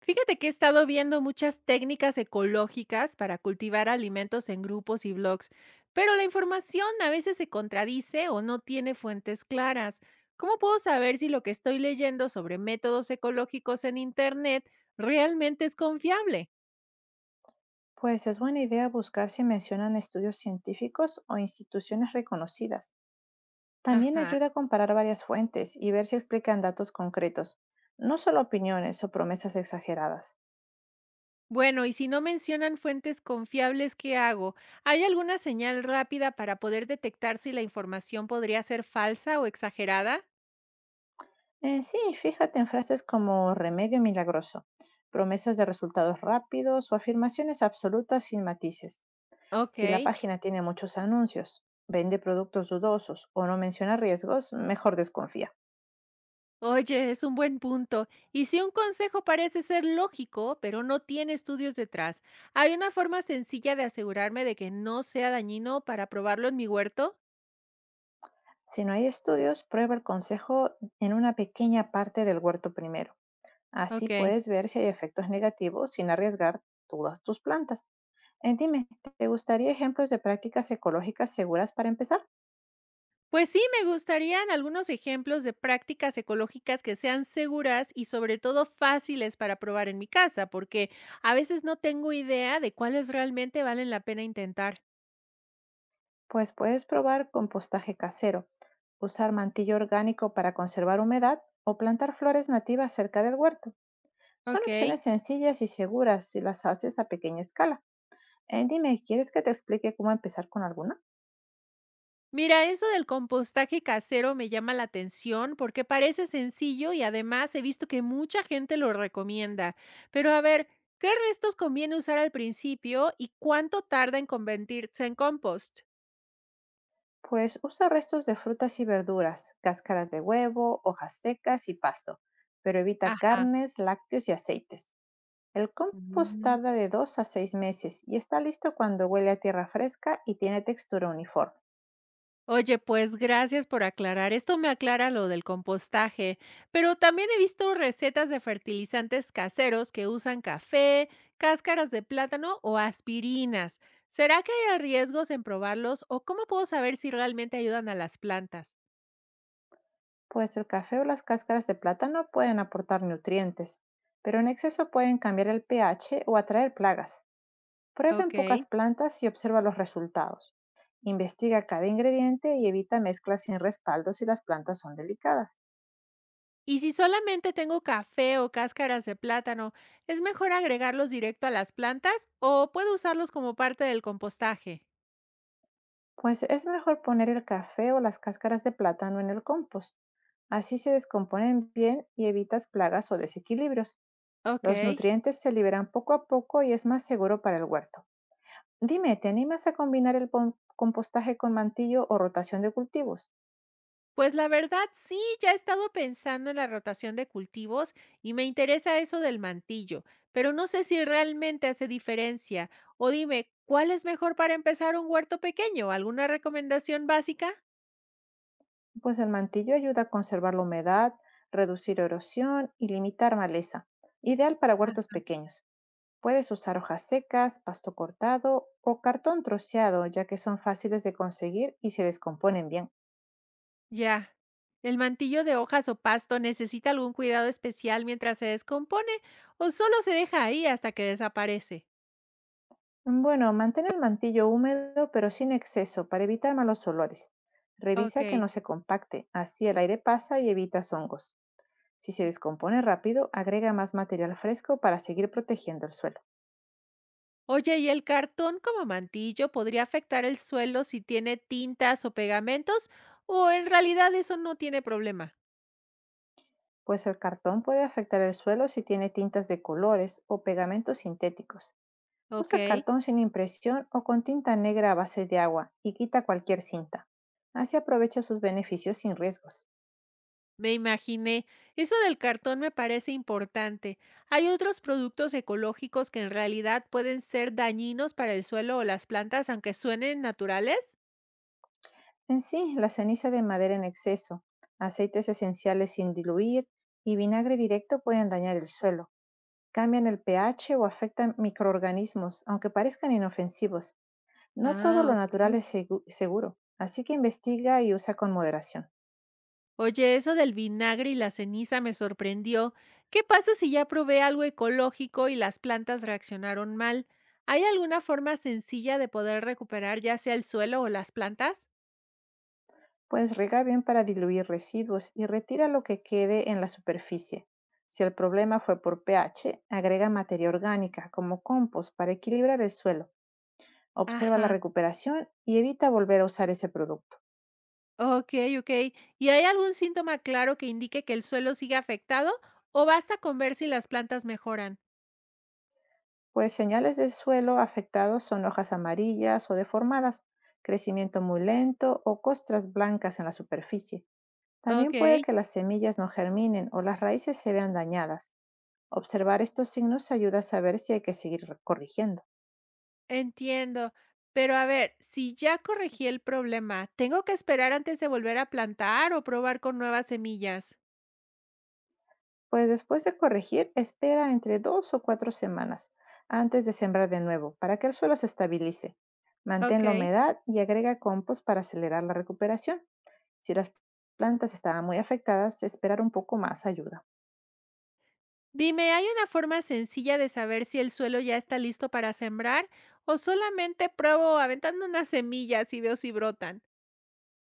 Fíjate que he estado viendo muchas técnicas ecológicas para cultivar alimentos en grupos y blogs, pero la información a veces se contradice o no tiene fuentes claras. ¿Cómo puedo saber si lo que estoy leyendo sobre métodos ecológicos en Internet realmente es confiable? Pues es buena idea buscar si mencionan estudios científicos o instituciones reconocidas. También Ajá. ayuda a comparar varias fuentes y ver si explican datos concretos, no solo opiniones o promesas exageradas. Bueno, y si no mencionan fuentes confiables, ¿qué hago? ¿Hay alguna señal rápida para poder detectar si la información podría ser falsa o exagerada? Sí, fíjate en frases como remedio milagroso, promesas de resultados rápidos o afirmaciones absolutas sin matices. Si la Ok. página tiene muchos anuncios, vende productos dudosos o no menciona riesgos, mejor desconfía. Oye, es un buen punto. Y si un consejo parece ser lógico, pero no tiene estudios detrás, ¿hay una forma sencilla de asegurarme de que no sea dañino para probarlo en mi huerto? Si no hay estudios, prueba el consejo en una pequeña parte del huerto primero. Así Ok. puedes ver si hay efectos negativos sin arriesgar todas tus plantas. Dime, ¿te gustaría ejemplos de prácticas ecológicas seguras para empezar? Pues sí, me gustarían algunos ejemplos de prácticas ecológicas que sean seguras y sobre todo fáciles para probar en mi casa, porque a veces no tengo idea de cuáles realmente valen la pena intentar. Pues puedes probar compostaje casero, usar mantillo orgánico para conservar humedad o plantar flores nativas cerca del huerto. Son Ok. opciones sencillas y seguras si las haces a pequeña escala. Dime, ¿quieres que te explique cómo empezar con alguna? Mira, eso del compostaje casero me llama la atención porque parece sencillo y además he visto que mucha gente lo recomienda. Pero a ver, ¿qué restos conviene usar al principio y cuánto tarda en convertirse en compost? Pues usa restos de frutas y verduras, cáscaras de huevo, hojas secas y pasto, pero evita Ajá. carnes, lácteos y aceites. El compost tarda de 2 a 6 meses y está listo cuando huele a tierra fresca y tiene textura uniforme. Oye, pues gracias por aclarar. Esto me aclara lo del compostaje, pero también he visto recetas de fertilizantes caseros que usan café, cáscaras de plátano o aspirinas. ¿Será que hay riesgos en probarlos o cómo puedo saber si realmente ayudan a las plantas? Pues el café o las cáscaras de plátano pueden aportar nutrientes, pero en exceso pueden cambiar el pH o atraer plagas. Prueba en Ok. pocas plantas y observa los resultados. Investiga cada ingrediente y evita mezclas sin respaldo si las plantas son delicadas. Y si solamente tengo café o cáscaras de plátano, ¿es mejor agregarlos directo a las plantas o puedo usarlos como parte del compostaje? Pues es mejor poner el café o las cáscaras de plátano en el compost. Así se descomponen bien y evitas plagas o desequilibrios. Los Ok. nutrientes se liberan poco a poco y es más seguro para el huerto. Dime, ¿te animas a combinar el compostaje con mantillo o rotación de cultivos? Pues la verdad, sí, ya he estado pensando en la rotación de cultivos y me interesa eso del mantillo, pero no sé si realmente hace diferencia. O dime, ¿cuál es mejor para empezar un huerto pequeño? ¿Alguna recomendación básica? Pues el mantillo ayuda a conservar la humedad, reducir erosión y limitar maleza. Ideal para huertos pequeños. Puedes usar hojas secas, pasto cortado o cartón troceado, ya que son fáciles de conseguir y se descomponen bien. Ya. ¿El mantillo de hojas o pasto necesita algún cuidado especial mientras se descompone o solo se deja ahí hasta que desaparece? Bueno, mantén el mantillo húmedo pero sin exceso para evitar malos olores. Revisa que Ok. no se compacte, así el aire pasa y evitas hongos. Si se descompone rápido, agrega más material fresco para seguir protegiendo el suelo, Oye, ¿y el cartón como mantillo podría afectar el suelo si tiene tintas o pegamentos? ¿O en realidad eso no tiene problema? pues el cartón puede afectar el suelo si tiene tintas de colores o pegamentos sintéticos. Ok, Usa cartón sin impresión o con tinta negra a base de agua y quita cualquier cinta. Así aprovecha sus beneficios sin riesgos. me imaginé. Eso del cartón me parece importante. ¿Hay otros productos ecológicos que en realidad pueden ser dañinos para el suelo o las plantas, aunque suenen naturales? En sí, la ceniza de madera en exceso, aceites esenciales sin diluir y vinagre directo pueden dañar el suelo. Cambian el pH o afectan microorganismos, aunque parezcan inofensivos. No todo Ah, lo ok. natural es seguro, así que investiga y usa con moderación. Oye, eso del vinagre y la ceniza me sorprendió. ¿Qué pasa si ya probé algo ecológico y las plantas reaccionaron mal? ¿Hay alguna forma sencilla de poder recuperar ya sea el suelo o las plantas? Pues riega bien para diluir residuos y retira lo que quede en la superficie. Si el problema fue por pH, agrega materia orgánica como compost para equilibrar el suelo. Observa la Ajá, recuperación y evita volver a usar ese producto. ok, ok. ¿Y hay algún síntoma claro que indique que el suelo sigue afectado o basta con ver si las plantas mejoran? Pues señales del suelo afectados son hojas amarillas o deformadas, crecimiento muy lento o costras blancas en la superficie. También Ok, puede que las semillas no germinen o las raíces se vean dañadas. Observar estos signos ayuda a saber si hay que seguir corrigiendo. entiendo. Pero a ver, si ya corregí el problema, ¿tengo que esperar antes de volver a plantar o probar con nuevas semillas? Pues después de corregir, espera entre 2 o 4 semanas antes de sembrar de nuevo para que el suelo se estabilice. Mantén la Ok. humedad y agrega compost para acelerar la recuperación. Si las plantas estaban muy afectadas, esperar un poco más ayuda. Dime, ¿hay una forma sencilla de saber si el suelo ya está listo para sembrar o solamente pruebo aventando unas semillas y veo si brotan?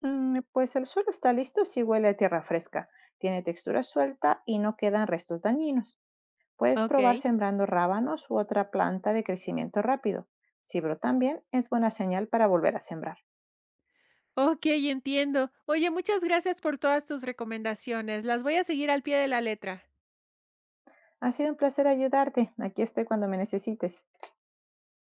Pues el suelo está listo si huele a tierra fresca, tiene textura suelta y no quedan restos dañinos. Puedes probar Ok, sembrando rábanos u otra planta de crecimiento rápido. Si brotan bien, es buena señal para volver a sembrar. ok, entiendo. Oye, muchas gracias por todas tus recomendaciones. Las voy a seguir al pie de la letra. Ha sido un placer ayudarte. Aquí estoy cuando me necesites.